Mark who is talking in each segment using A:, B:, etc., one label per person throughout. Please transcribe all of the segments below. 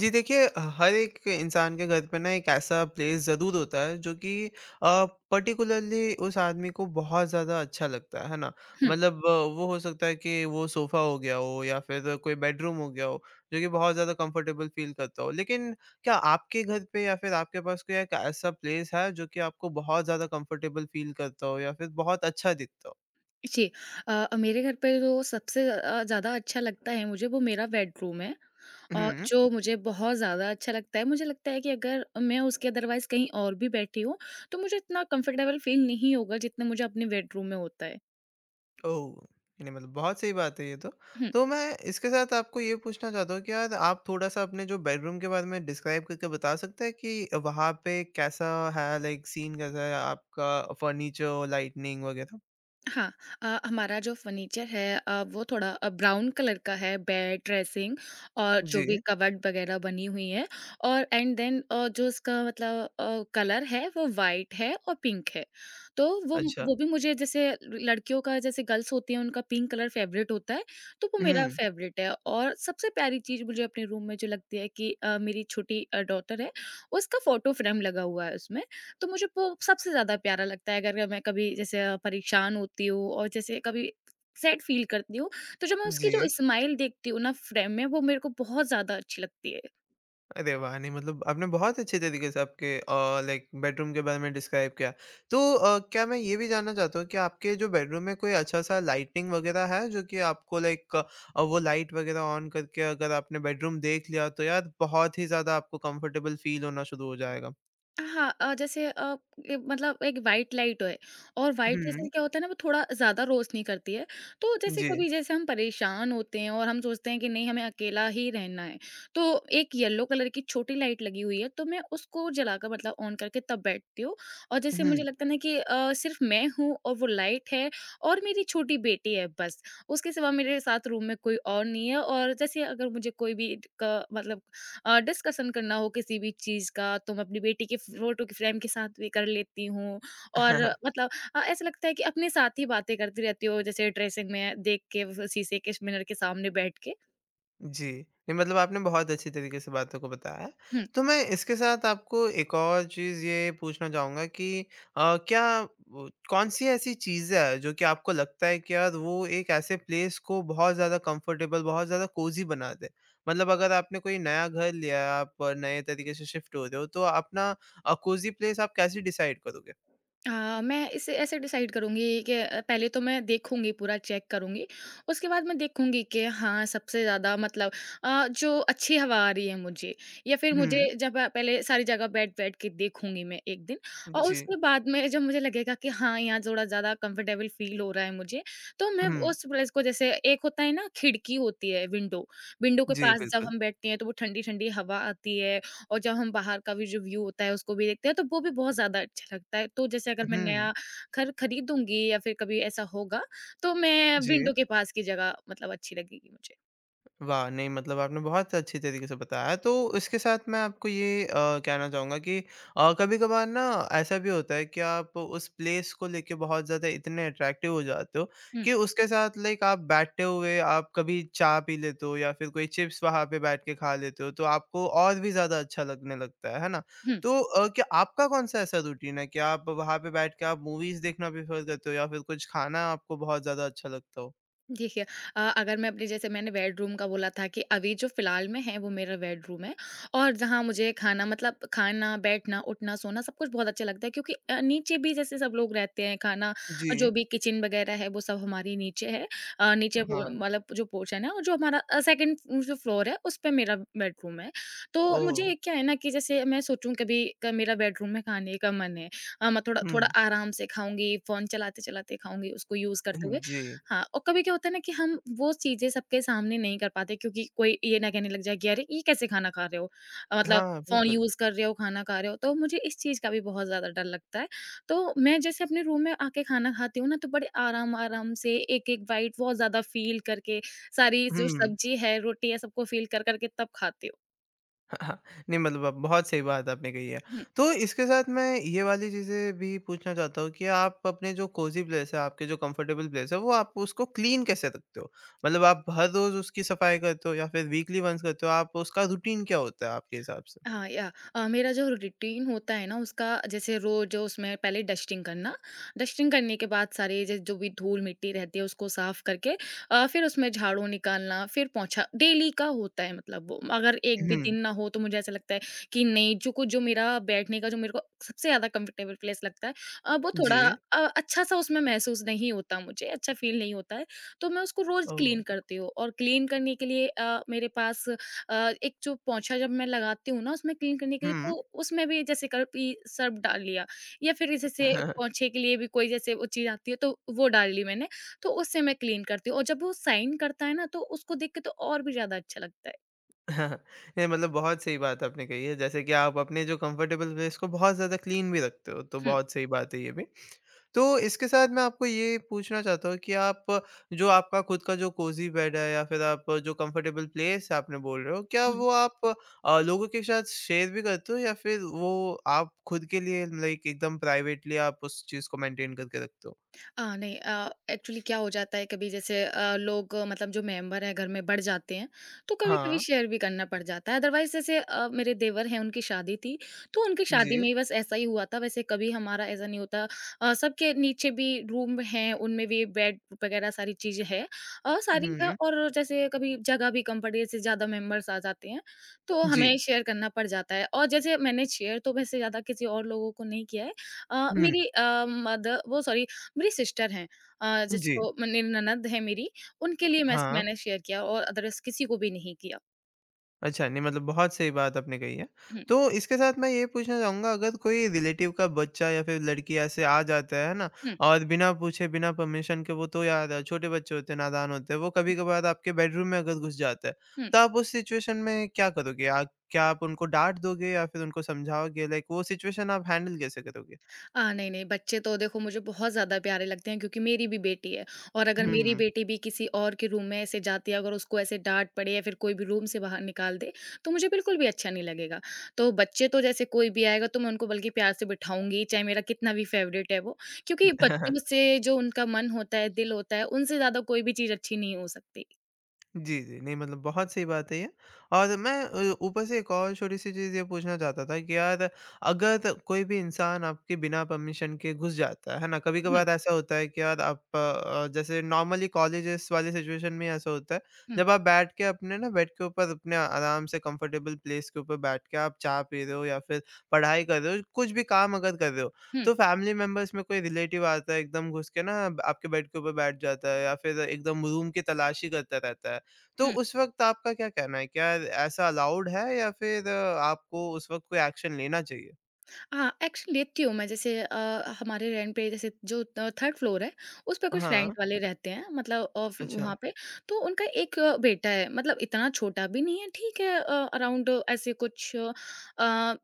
A: जी देखिए, हर एक इंसान के घर पे ना एक ऐसा प्लेस ज़रूर होता है जो कि अ, पर्टिकुलरली उस आदमी को बहुत ज़्यादा अच्छा लगता है ना?
B: हुँ,
A: मतलब वो हो सकता है कि वो सोफ़ा हो गया हो या फिर कोई बेडरूम हो गया हो, जो कि बहुत ज़्यादा कंफर्टेबल फ़ील करता हो। लेकिन क्या आपके घर पे या फिर आपके पास कोई एक ऐसा प्लेस है जो कि आपको बहुत ज़्यादा कंफर्टेबल फ़ील करता हो या फिर बहुत अच्छा दिखता हो?
B: जी। मेरे घर पे जो सबसे ज़्यादा अच्छा लगता है मुझे वो मेरा बेडरूम है और
A: हुँ।
B: जो मुझे बहुत ज़्यादा अच्छा लगता है, मुझे लगता है कि अगर मैं उसके अदरवाइज़ कहीं और भी बैठी हूँ, तो मुझे इतना कंफ़र्टेबल फ़ील नहीं होगा जितना मुझे अपने बेडरूम में होता है।
A: ओह! नहीं मतलब बहुत सही बात है ये तो।
B: हुँ।
A: तो मैं इसके साथ आपको ये पूछना चाहता हूँ कि यार आप थोड़ा-सा अपने जो बेडरूम के बारे में डिस्क्राइब करके बता सकते हैं कि वहाँ पे कैसा है लाइक सीन कैसा है आपका फर्नीचर, लाइटनिंग वगैरह?
B: हाँ, हमारा जो फर्नीचर है वो थोड़ा ब्राउन कलर का है बेड, ड्रेसिंग और जो भी
A: जी,
B: कबर्ड वगैरह बनी हुई है एंड देन जो इसका मतलब कलर है वो व्हाइट है और पिंक है। तो वो
A: अच्छा।
B: वो भी मुझे जैसे लड़कियों का जैसे गर्ल्स होती हैं उनका पिंक कलर फ़ेवरेट होता है, तो वो मेरा
A: हुँ,
B: फ़ेवरेट है और सबसे प्यारी चीज़ मुझे अपने रूम में जो लगती है कि मेरी छोटी डॉटर है उसका फ़ोटो फ्रेम लगा हुआ है उसमें। तो मुझे वो सबसे ज़्यादा प्यारा लगता है अगर मैं कभी जैसे परेशान होती हूँ और जैसे कभी सैड फ़ील करती हूँ, तो जब मैं उसकी जो
A: जी।
B: स्माइल देखती हूँ ना फ्रेम में वो मेरे को बहुत ज़्यादा अच्छी लगती है।
A: अरे वाह! नहीं मतलब आपने बहुत अच्छे तरीके से आपके लाइक बेडरूम के बारे में डिस्क्राइब किया। तो क्या मैं ये भी जानना चाहता हूँ कि आपके जो बेडरूम में कोई अच्छा-सा लाइटिंग वगैरह है जो कि आपको लाइक वो लाइट वगैरह ऑन करके अगर आपने बेडरूम देख लिया तो यार बहुत ही ज़्यादा आपको कंफर्टेबल फ़ील होना शुरू हो जाएगा?
B: हाँ, अ, जैसे अ, ए मतलब एक व्हाइट लाइट है और व्हाइट
A: हुँ,
B: जैसे क्या होता है ना वो थोड़ा ज़्यादा रोशनी करती है। तो जैसे
A: जी।
B: कभी जैसे हम परेशान होते हैं और हम सोचते हैं कि नहीं हमें अकेला ही रहना है, तो एक येलो कलर की छोटी लाइट लगी हुई है तो मैं उसको जलाकर मतलब ऑन करके तब बैठती हूँ। और जैसे
A: हुँ।
B: मुझे लगता है ना कि सिर्फ़ मैं हूँ और वो लाइट है और मेरी छोटी बेटी है बस। उसके सिवा मेरे साथ रूम में कोई और नहीं है और जैसे अगर मुझे कोई भी क मतलब डिस्कशन करना हो किसी भी चीज़ का तो मैं अपनी बेटी की फ़ोटो की फ्रेम के साथ भी कर लेती हूँ और मतलब ऐसा लगता है कि अपने साथ ही बातें करती रहती हूँ जैसे ड्रेसिंग में देख के व शीशे के श मिरर के सामने बैठ के।
A: जी, नहीं मतलब आपने बहुत अच्छी तरीके से बातों को बताया है।
B: हुँ।
A: तो मैं इसके साथ आपको एक और चीज़ ये पूछना चाहूँगा कि क्या वो कौन-सी ऐसी चीज़ें हैं जो कि आपको लगता है कि यार वो एक ऐसे प्लेस को बहुत ज़्यादा कम्फ़र्टेबल, बहुत ज़्यादा कोज़ी बना दे? मतलब अगर आपने कोई नया घर लिया है, आप नए तरीके से शिफ्ट हो रहे हो, तो अपना कोज़ी प्लेस आप कैसे डिसाइड करोगे?
B: मैं इसे ऐसे डिसाइड करूँगी कि पहले तो मैं देखूँगी पूरा चेक करूँगी। उसके बाद मैं देखूँगी कि हाँ, सबसे ज़्यादा मतलब जो अच्छी हवा आ रही है मुझे या फिर मुझे
A: हुँ,
B: जब पहले सारी जगह बैठ-बैठ के देखूँगी मैं एक दिन और
A: जी।
B: उसके बाद में जब मुझे लगेगा कि हाँ, यहाँ थोड़ा ज़्यादा कंफर्टेबल फ़ील हो रहा है मुझे, तो मैं
A: हुँ,
B: उस प्लेस को जैसे एक होता है ना खिड़की होती है विंडो, विंडो के
A: जी,
B: पास जब
A: बिल्कुल।
B: हम बैठते हैं तो वो ठंडी-ठंडी हवा आती है और जब हम बाहर का भी जो व्यू होता है उसको भी देखते हैं तो वो भी बहुत ज़्यादा अच्छा लगता है। तो जैसे अगर मैं
A: हुँ,
B: नया घर खरीदूँगी या फिर कभी ऐसा होगा तो मैं
A: जी।
B: विंडो के पास की जगह मतलब अच्छी लगेगी मुझे।
A: वाह! नहीं मतलब आपने बहुत अच्छी तरीके से बताया। तो इसके साथ मैं आपको ये कहना चाहूँगा कि कभी-कभार ना ऐसा भी होता है कि आप उस प्लेस को लेके बहुत ज़्यादा इतने अट्रैक्टिव हो जाते हो
B: हुँ,
A: कि उसके साथ लाइक आप बैठते हुए आप कभी चाय पी लेते हो या फिर कोई चिप्स वहाँ पे बैठ के खा लेते हो, तो आपको और भी ज़्यादा अच्छा लगने लगता है ना?
B: हुँ।
A: तो क्या आपका कौन-सा ऐसा रूटीन है कि आप वहाँ पे बैठ के आप मूवीज़ देखना प्रेफ़र करते हो या फिर कुछ खाना आपको बहुत ज़्यादा अच्छा लगता हो?
B: देखिए अगर मैं अपने जैसे मैंने बेडरूम का बोला था कि अभी जो फ़िलहाल में है वो मेरा बेडरूम है और जहाँ मुझे खाना मतलब खाना, बैठना, उठना, सोना सब कुछ बहुत अच्छा लगता है क्योंकि नीचे भी जैसे सब लोग रहते हैं, खाना जो
A: जी।
B: भी किचन वगैरह है वो सब हमारी नीचे है। नीचे पो
A: हाँ।
B: मतलब जो पोर्शन है और जो हमारा सेकंड जो फ्लोर है उस पे मेरा बेडरूम है। तो
A: ओह!
B: मुझे क्या है ना कि जैसे मैं सोचूँ कभी क मेरा बेडरूम में खाने का मन है मैं थोड़ा थोड़ा
A: हुँ।
B: आराम से खाऊँगी, फ़ोन चलाते-चलाते खाऊँगी उसको यूज़ करते
A: हुँ,
B: हुए
A: जी।
B: हाँ, और कभी क्या होता है ना कि हम वो चीज़ें सबके सामने नहीं कर पाते क्योंकि कोई ये ना कहने लग जाए कि अरे! ये कैसे खाना खा रहे हो? मतलब
A: हाँ,
B: फ़ोन
A: बिल्कुल।
B: यूज़ कर रहे हो, खाना खा रहे हो, तो मुझे इस चीज़ का भी बहुत ज़्यादा डर लगता है। तो मैं जैसे अपने रूम में आके खाना खाती हूँ ना, तो बड़े आराम-आराम से एक-एक बाइट बहुत ज़्यादा फ़ील करके, सारी जो
A: हुँ।
B: सब्ज़ी है, रोटी है, सबको फ़ील कर-कर के तब खाती हूँ।
A: नहीं मतलब अब बहुत सही बात आपने कही है।
B: हुँ।
A: तो इसके साथ मैं ये वाली चीज़ें भी पूछना चाहता हूँ कि आप अपने जो कोज़ी प्लेस है, आपके जो कंफर्टेबल प्लेस है, वो आप उसको क्लीन कैसे रखते हो? मतलब आप हर रोज़ उसकी सफाई करते हो या फिर वीकली वन्स करते हो? आप उसका रूटीन क्या होता है आपके हिसाब से?
B: हाँ या मेरा जो रूटीन होता है ना उसका जैसे रोज जो उसमें पहले डस्टिंग करना डस्टिंग करने के बाद सारे जैसे जो भी धूल मिट्टी रहती है उसको साफ करके फिर उसमें झाड़ू निकालना फिर पोंछा डेली का होता है मतलब वो अगर एक भी
A: हुँ।
B: दिन ना हो तो मुझे ऐसा लगता है कि नहीं जो कुछ जो मेरा बैठने का जो मेरे को सबसे ज्यादा कंफर्टेबल प्लेस लगता है अ, वो
A: जी।
B: थोड़ा अ, अच्छा सा उसमें महसूस नहीं होता मुझे अच्छा फील नहीं होता है तो मैं उसको रोज
A: ओह!
B: क्लीन करती हूँ और क्लीन करने के लिए मेरे पास एक जो पोंछा जब मैं लगाती हूँ ना उसमें क्लीन करने के लिए
A: हुँ।
B: तो उसमें भी जैसे कभी सर्फ डाल लिया या फिर जैसे पोंछे के लिए भी कोई जैसे वो चीज़ आती है तो वो डाल ली मैंने, तो उससे मैं क्लीन करती हूँ और जब वो साइन करता है ना तो उसको देख के तो और भी ज़्यादा अच्छा लगता है।
A: नहीं मतलब बहुत सही बात आपने कही है। जैसे कि आप अपने जो कंफर्टेबल प्लेस को बहुत ज़्यादा क्लीन भी रखते हो, तो
B: हुँ,
A: बहुत सही बात है ये भी। तो इसके साथ मैं आपको ये पूछना चाहता हूँ कि आप जो आपका खुद का जो कोज़ी बेड है या फिर आप जो कंफर्टेबल प्लेस है आपने बोल रहे हो, क्या
B: हुँ।
A: वो आप लोगों के साथ शेयर भी करते हो या फिर वो आप खुद के लिए लाइक एकदम प्राइवेटली आप उस चीज़ को मेंटेन करके रखते हो?
B: नहीं, एक्चुअली क्या हो जाता है कभी जैसे लोग मतलब जो मेंबर हैं घर में बढ़ जाते हैं, तो कभी-कभी
A: हाँ,
B: शेयर भी करना पड़ जाता है। अदरवाइज़ जैसे मेरे देवर हैं उनकी शादी थी, तो उनकी
A: जी।
B: शादी में ही बस ऐसा ही हुआ था। वैसे कभी हमारा ऐसा नहीं होता सबके नीचे भी रूम हैं, उनमें भी बेड वगैरह सारी चीज़ें हैं सारी है
A: हुँ,
B: और जैसे कभी जगह भी कम पड़ी जैसे ज़्यादा मेंबर्स आ जाते हैं, तो
A: जी।
B: हमें शेयर करना पड़ जाता है। और जैसे मैंने शेयर तो वैसे ज़्यादा किसी और लोगों को नहीं किया है।
A: हुँ,
B: मेरी मदर वो सॉरी मेरी सिस्टर हैं
A: जी,
B: जिसको मेरी ननद है मेरी, उनके लिए मैं
A: हाँ।
B: मैंने शेयर किया और अदरवाइज़ किसी को भी नहीं किया।
A: अच्छा, नहीं मतलब बहुत सही बात आपने कही है।
B: हुँ,
A: तो इसके साथ मैं ये पूछना चाहूँगा अगर कोई रिलेटिव का बच्चा या फिर लड़की ऐसे आ जाता है ना?
B: हुँ,
A: और बिना पूछे, बिना परमिशन के वो तो यार छोटे बच्चे होते हैं, नादान होते हैं, वो कभी-कभार आपके बेडरूम में अगर घुस जाता है,
B: हुँ।
A: तो आप उस सिचुएशन में क्या करोगे? आ क्या आप उनको डाँट दोगे या फिर उनको समझाओगे? लाइक वो सिचुएशन आप हैंडल कैसे करोगे?
B: नहीं, नहीं बच्चे तो देखो मुझे बहुत ज़्यादा प्यारे लगते हैं क्योंकि मेरी भी बेटी है और अगर मेरी
A: हुँ।
B: बेटी भी किसी और के रूम में ऐसे जाती है, अगर उसको ऐसे डाँट पड़े या फिर कोई भी रूम से बाहर निकाल दे, तो मुझे बिल्कुल भी अच्छा नहीं लगेगा। तो बच्चे तो जैसे कोई भी आएगा तो मैं उनको बल्कि प्यार से बिठाऊँगी, चाहे मेरा कितना भी फ़ेवरेट है वो, क्योंकि बच्चों से जो उनका मन होता है, दिल होता है, उनसे ज़्यादा कोई भी चीज़ अच्छी नहीं हो सकती।
A: जी, जी। नहीं मतलब बहुत सही बात है ये और मैं ऊपर से एक और छोटी-सी चीज़ ये पूछना चाहता था कि यार अगर कोई भी इंसान आपके बिना परमिशन के घुस जाता है ना?
B: हुँ,
A: कभी-कभार ऐसा होता है कि यार आप जैसे नॉर्मली कॉलेजेस वाले सिचुएशन में ऐसा होता है,
B: हुँ।
A: जब आप बैठ के अपने ना बेड के ऊपर अपने आराम से कंफर्टेबल प्लेस के ऊपर बैठ के आप चाय पी रहे हो या फिर पढ़ाई कर रहे हो, कुछ भी काम अगर कर रहे हो,
B: हुँ,
A: तो फैमिली मेंबर्स में कोई रिलेटिव आता है एकदम घुस के ना आपके बेड के ऊपर बैठ जाता है या फिर एकदम रूम की तलाशी करता रहता है। तो
B: हुँ।
A: उस वक़्त आपका क्या कहना है? क्या ऐसा अलाउड है या फिर आपको उस वक़्त कोई एक्शन लेना चाहिए?
B: हाँ, एक्शन लेती हूँ मैं जैसे हमारे रेंट पे जैसे जो 3rd फ्लोर है, उस पे कुछ रेंट
A: हाँ,
B: वाले रहते हैं मतलब अ, फ
A: अच्छा,
B: वहाँ पे, तो उनका 1 बेटा है मतलब इतना छोटा भी नहीं है, ठीक है अराउंड ऐसे कुछ अ, प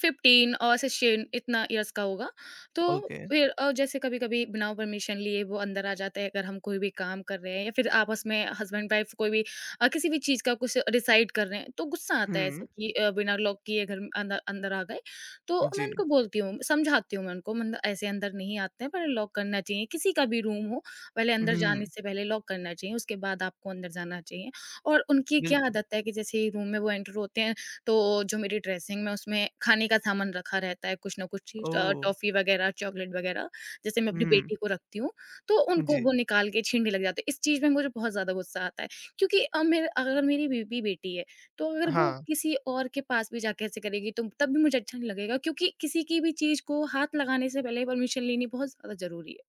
B: 15 और 16 इतना इयर्स का होगा। तो
A: ओके।
B: फिर जैसे कभी-कभी बिना परमिशन लिए वो अंदर आ जाते हैं, अगर हम कोई भी काम कर रहे हैं या फिर आपस में हस्बैंड-वाइफ कोई भी किसी भी चीज़ का कुछ डिसाइड कर रहे हैं, तो गुस्सा आता है
A: हुँ,
B: ऐसे कि बिना लॉक किए घर में अंदर अंदर आ गए। तो मैं
A: जी।
B: उनको बोलती हूँ, समझाती हूँ मैं उनको मतलब ऐसे अंदर नहीं आते हैं, पर लॉक करना चाहिए, किसी का भी रूम हो, पहले अंदर जाने
A: हुँ,
B: से पहले लॉक करना चाहिए, उसके बाद आपको अंदर जाना चाहिए। और उनकी क्या
A: बिल्कुल।
B: आदत है कि जैसे ही रूम में वो एंटर होते हैं, तो जो मेरी ड्रेसिंग में उसमें खाने का सामान रखा रहता है, कुछ ना कुछ चीज़
A: ओह!
B: टॉफ़ी वगैरह, चॉकलेट वगैरह, जैसे मैं अपनी
A: हुँ,
B: बेटी को रखती हूँ, तो उनको
A: जी,
B: वो निकाल के छीनने लग जाते हैं। इस चीज़ में मुझे बहुत ज़्यादा गुस्सा आता है, क्योंकि मेरे अगर मेरी बेबी बेटी है तो अगर वो
A: हाँ।
B: किसी और के पास भी जाके ऐसे करेगी तो तब भी मुझे अच्छा नहीं लगेगा क्योंकि किसी की भी चीज़ को हाथ लगाने से पहले परमिशन लेनी बहुत ज़्यादा ज़रूरी है।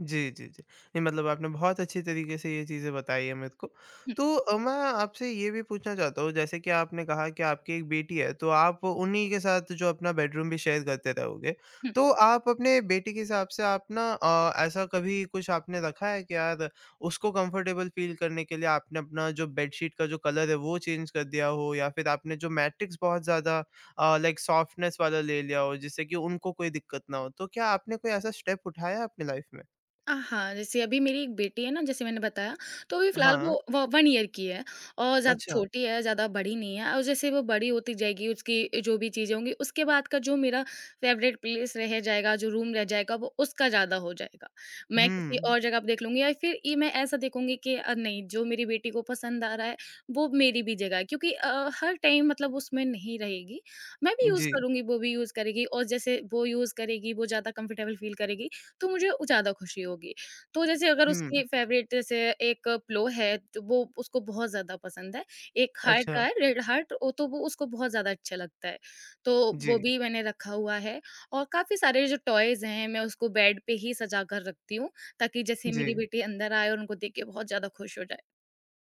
A: जी, जी, जी। नहीं मतलब आपने बहुत अच्छी तरीके से ये चीज़ें बताई हैं मेरे को।
B: हुँ,
A: तो मैं आपसे ये भी पूछना चाहता हूँ जैसे कि आपने कहा कि आपकी एक बेटी है तो आप उन्हीं के साथ जो अपना बेडरूम भी शेयर करते रहोगे।
B: हुँ।
A: तो आप अपने बेटी के हिसाब से आप ना ऐसा कभी कुछ आपने रखा है कि यार उसको कंफर्टेबल फ़ील करने के लिए आपने अपना जो बेडशीट का जो कलर है वो चेंज कर दिया हो या फिर आपने जो मैट्रिक्स बहुत ज़्यादा लाइक सॉफ्टनेस वाला ले लिया हो जिससे कि उनको कोई दिक्कत ना हो। तो क्या आपने कोई ऐसा स्टेप उठाया है अपनी लाइफ़ में?
B: हाँ, जैसे अभी मेरी एक बेटी है ना जैसे मैंने बताया, तो अभी फ़िलहाल
A: हाँ,
B: वो व 1 ईयर की है और ज़्यादा
A: अच्छा।
B: छोटी है, ज़्यादा बड़ी नहीं है और जैसे वो बड़ी होती जाएगी उसकी जो भी चीज़ें होंगी, उसके बाद का जो मेरा फ़ेवरेट प्लेस रह जाएगा, जो रूम रह जाएगा वो उसका ज़्यादा हो जाएगा। मैं किसी
A: हुँ,
B: और जगह पे देख लूँगी या फिर ये मैं ऐसा देखूँगी कि नहीं जो मेरी बेटी को पसंद आ रहा है, वो मेरी भी जगह है क्योंकि हर टाइम मतलब उसमें नहीं रहेगी। मैं भी यूज़
A: जी।
B: करूँगी, वो भी यूज़ करेगी और जैसे वो यूज़ करेगी, वो ज़्यादा कंफ़र्टेबल फ़ील करेगी, तो मुझे उ ज़्यादा खुशी होगी। तो जैसे अगर
A: हुँ,
B: उसकी फ़ेवरेट जैसे एक प्लो है, तो वो उसको बहुत ज़्यादा पसंद है। एक हार्ट का
A: अच्छा।
B: है, रेड हार्ट ओ तो वो उसको बहुत ज़्यादा अच्छा लगता है। तो वो
A: जी,
B: भी मैंने रखा हुआ है और काफ़ी सारे जो टॉयज़ हैं, मैं उसको बेड पे ही सजा कर रखती हूँ, ताकि जैसे
A: जी।
B: मेरी बेटी अंदर आए और उनको देख के बहुत ज़्यादा खुश हो जाए।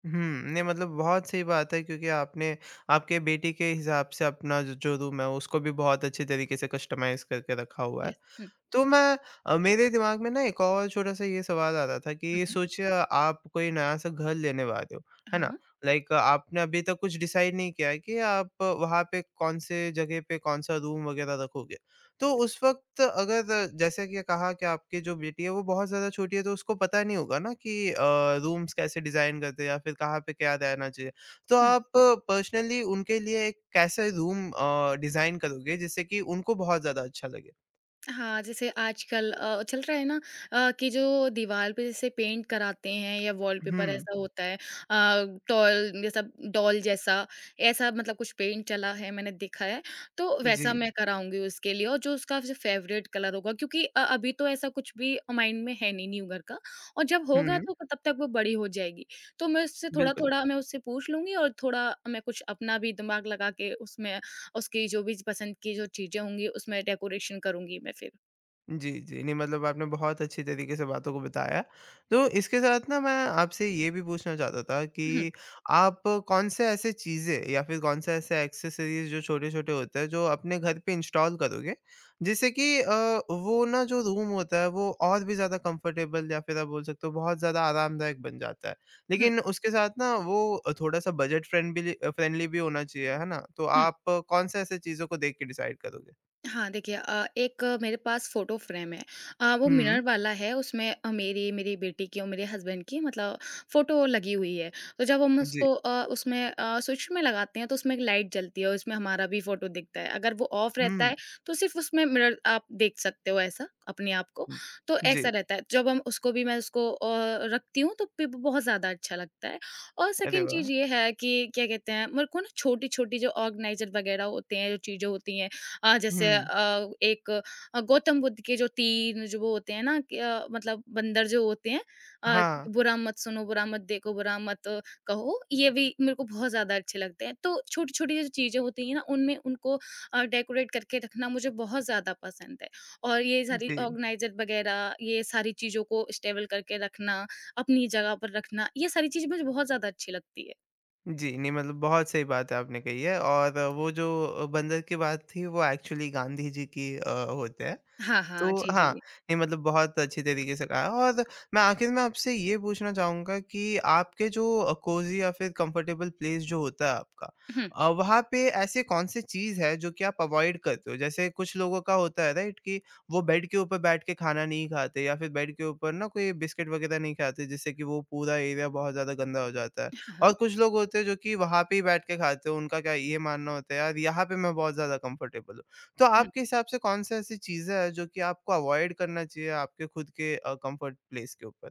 A: हुँ, नहीं मतलब बहुत सही बात है क्योंकि आपने आपके बेटी के हिसाब से अपना जो जो रूम है उसको भी बहुत अच्छे तरीके से कस्टमाइज़ करके रखा हुआ है।
B: यस। हुँ।
A: तो मैं मेरे दिमाग में ना एक और छोटा-सा ये सवाल आ रहा था
B: हुँ,
A: कि
B: हुँ।
A: सोचिए आप कोई नया-सा घर लेने वाले हो, है ना?
B: हाँ,
A: लाइक आपने अभी तक कुछ डिसाइड नहीं किया है कि आप वहाँ पे कौन से जगह पे कौन-सा रूम वगैरह रखोगे। तो उस वक़्त अगर जैसे कि कहा कि आपकी जो बेटी है वो बहुत ज़्यादा छोटी है तो उसको पता नहीं होगा ना कि रूम्स कैसे डिज़ाइन करते हैं या फिर कहाँ पे क्या रहना चाहिए। तो
B: हुँ।
A: आप पर्सनली उनके लिए एक कैसे रूम डिज़ाइन करोगे जिससे कि उनको बहुत ज़्यादा अच्छा लगे?
B: हाँ, जैसे आजकल चल रहा है ना कि जो दीवार पे जैसे पेंट कराते हैं या वॉलपेपर
A: हुँ।
B: ऐसा होता है टॉल जैसा डॉल जैसा, ऐसा मतलब कुछ पेंट चला है मैंने देखा है, तो वैसा
A: जी।
B: मैं कराऊँगी उसके लिए और जो उसका जो फ़ेवरेट कलर होगा क्योंकि अभी तो ऐसा कुछ भी माइंड में है नहीं न्यू ईयर का और जब होगा
A: हुँ,
B: तो तब तक वो बड़ी हो जाएगी। तो मैं उससे
A: बिल्कुल।
B: थोड़ा-थोड़ा मैं उससे पूछ लूँगी और थोड़ा मैं कुछ अपना भी दिमाग लगा के उसमें उसकी जो भी पसंद की जो चीज़ें होंगी उसमें डेकोरेशन करूँगी मैं फिर।
A: जी, जी। नहीं मतलब आपने बहुत अच्छी तरीके से बातों को बताया। तो इसके साथ ना मैं आपसे ये भी पूछना चाहता था
B: हुँ,
A: कि आप कौन से ऐसे चीज़ें या फिर कौन से ऐसे एक्सेसरीज़ जो छोटे-छोटे होते हैं जो अपने घर पे इंस्टॉल करोगे जिससे कि वो ना जो रूम होता है वो और भी ज़्यादा कंफर्टेबल या फिर आप बोल सकते हो बहुत ज़्यादा आरामदायक बन जाता है।
B: हुँ,
A: लेकिन उसके साथ ना वो थोड़ा-सा बजट फ्रेंड भी ली फ्रेंडली भी होना चाहिए, है ना? तो
B: हुँ।
A: आप कौन से ऐसे चीज़ों को देख के डिसाइड करोगे?
B: हाँ, देखिए एक मेरे पास फ़ोटो फ्रेम है। वो
A: हुँ।
B: मिरर वाला है उसमें मेरी बेटी की और मेरे हस्बैंड की मतलब फ़ोटो लगी हुई है। तो जब हम
A: जी।
B: उसको उसमें स्विच में लगाते हैं तो उसमें एक लाइट जलती है और उसमें हमारा भी फ़ोटो दिखता है। अगर वो ऑफ रहता
A: हुँ।
B: है तो सिर्फ़ उसमें मिरर आप देख सकते हो ऐसा अपने आप को। तो ऐसा
A: जी।
B: रहता है। जब हम उसको भी मैं उसको रखती हूँ तो फिर वो बहुत ज़्यादा अच्छा लगता है। और
A: अरे
B: सेकंड
A: वाह!
B: चीज़ ये है कि क्या कहते हैं मेरे को ना छोटी-छोटी जो ऑर्गेनाइज़र वग़ैरह होते हैं, जो चीज़ें होती हैं जैसे
A: हुँ।
B: एक गौतम बुद्ध के जो 3 जो वो होते हैं ना कि मतलब बंदर जो होते हैं अ,
A: हाँ।
B: बुरा मत सुनो, बुरा मत देखो, बुरा मत कहो, ये भी मेरे को बहुत ज़्यादा अच्छे लगते हैं। तो छोटी-छोटी जो चीज़ें होती हैं ना, उनमें उनको डेकोरेट करके रखना मुझे बहुत ज़्यादा पसंद है। और ये सारी
A: जी।
B: ऑर्गेनाइज़र वगैरह, ये सारी चीज़ों को स्टेबल करके रखना, अपनी जगह पर रखना, ये सारी चीज़ मुझे बहुत ज़्यादा अच्छी लगती है।
A: जी, नहीं मतलब बहुत सही बात है आपने कही है और वो जो बंदर की बात थी वो एक्चुअली गांधी जी की होते हैं।
B: हाँ, हाँ।
A: तो
B: जी,
A: हाँ,
B: जी।
A: नहीं मतलब बहुत अच्छी तरीके से कहा और मैं आखिर में आपसे ये पूछना चाहूँगा कि आपके जो कोज़ी या फिर कम्फ़र्टेबल प्लेस जो होता है आपका
B: हुँ।
A: वहाँ पे ऐसे कौन-सी चीज़ है जो कि आप अवॉइड करते हो? जैसे कुछ लोगों का होता है राइट कि वो बेड के ऊपर बैठ के खाना नहीं खाते या फिर बेड के ऊपर ना कोई बिस्किट वग़ैरह नहीं खाते जिससे कि वो पूरा एरिया बहुत ज़्यादा गंदा हो जाता है।
B: हाँ,
A: और
B: हाँ।
A: कुछ लोग होते हैं जो कि वहाँ पे ही बैठ के खाते हैं, उनका क्या ये मानना होता है यार यहाँ पे मैं बहुत ज़्यादा कम्फ़र्टेबल हूँ। तो
B: हुँ।
A: आपके हिसाब से कौन-सी ऐसी चीज़ें हैं जो कि आपको अवॉइड करना चाहिए आपके खुद के कम्फर्ट प्लेस के ऊपर?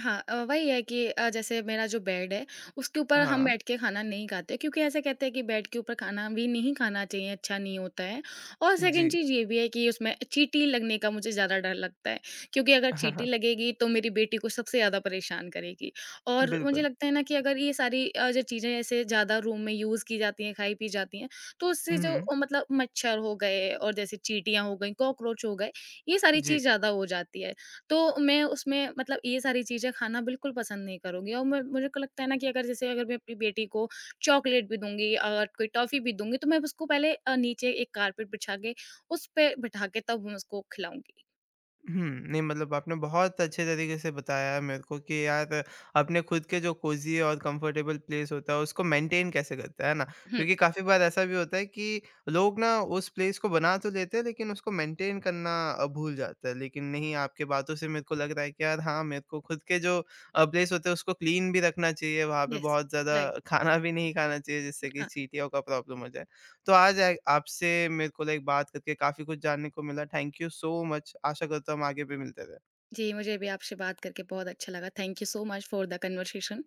B: हाँ, वही है कि जैसे मेरा जो बेड है, उसके ऊपर हम
A: हाँ,
B: बैठ के खाना नहीं खाते क्योंकि ऐसा कहते हैं कि बेड के ऊपर खाना भी नहीं खाना चाहिए, अच्छा नहीं होता है। और सेकंड
A: जी।
B: चीज़ ये भी है कि उसमें चींटी लगने का मुझे ज़्यादा डर लगता है क्योंकि अगर
A: हाँ, हाँ।
B: चींटी लगेगी तो मेरी बेटी को सबसे ज़्यादा परेशान करेगी। और मुझे
A: बिल्कुल।
B: लगता है ना कि अगर ये सारी जो चीज़ें ऐसे ज़्यादा रूम में यूज़ की जाती हैं, खाई-पी जाती हैं, तो उससे
A: हुँ,
B: जो
A: हुँ।
B: मतलब मच्छर हो गए और जैसे चींटियाँ हो गईं, कॉकरोच हो गए, ये सारी
A: जी।
B: चीज़ ज़्यादा हो जाती है। तो मैं उसमें मतलब ये सारी चीज़ें खाना बिल्कुल पसंद नहीं करूँगी और मैं मुझे को लगता है ना कि अगर जैसे अगर मैं अपनी बेटी को चॉकलेट भी दूँगी और कोई टॉफ़ी भी दूँगी तो मैं उसको पहले नीचे एक कारपेट बिछा के उस पे बिठा के तब मैं उसको खिलाऊँगी।
A: हुँ, नहीं मतलब आपने बहुत अच्छे तरीके से बताया है मेरे को कि यार अपने खुद के जो कोज़ी और कंफर्टेबल प्लेस होता है उसको मेंटेन कैसे करते हैं, है ना?
B: हुँ,
A: क्योंकि काफ़ी बार ऐसा भी होता है कि लोग ना उस प्लेस को बना तो लेते हैं लेकिन उसको मेंटेन करना भूल जाते हैं। लेकिन नहीं आपके बातों से मेरे को लग रहा है कि यार हाँ, मेरे को खुद के जो प्लेस होते हैं उसको क्लीन भी रखना चाहिए, वहाँ पे
B: येस,
A: बहुत ज़्यादा
B: राइट,
A: खाना भी नहीं खाना चाहिए जिससे कि
B: हाँ।
A: चींटियों का प्रॉब्लम हो जाए। तो आज ए आपसे मेरे को लाइक बात करके काफ़ी कुछ जानने को मिला। Thank you so much. आशा करता हूँ हम आगे भी मिलते रहें।
B: जी, मुझे भी आपसे बात करके बहुत अच्छा लगा। Thank you so much for the conversation.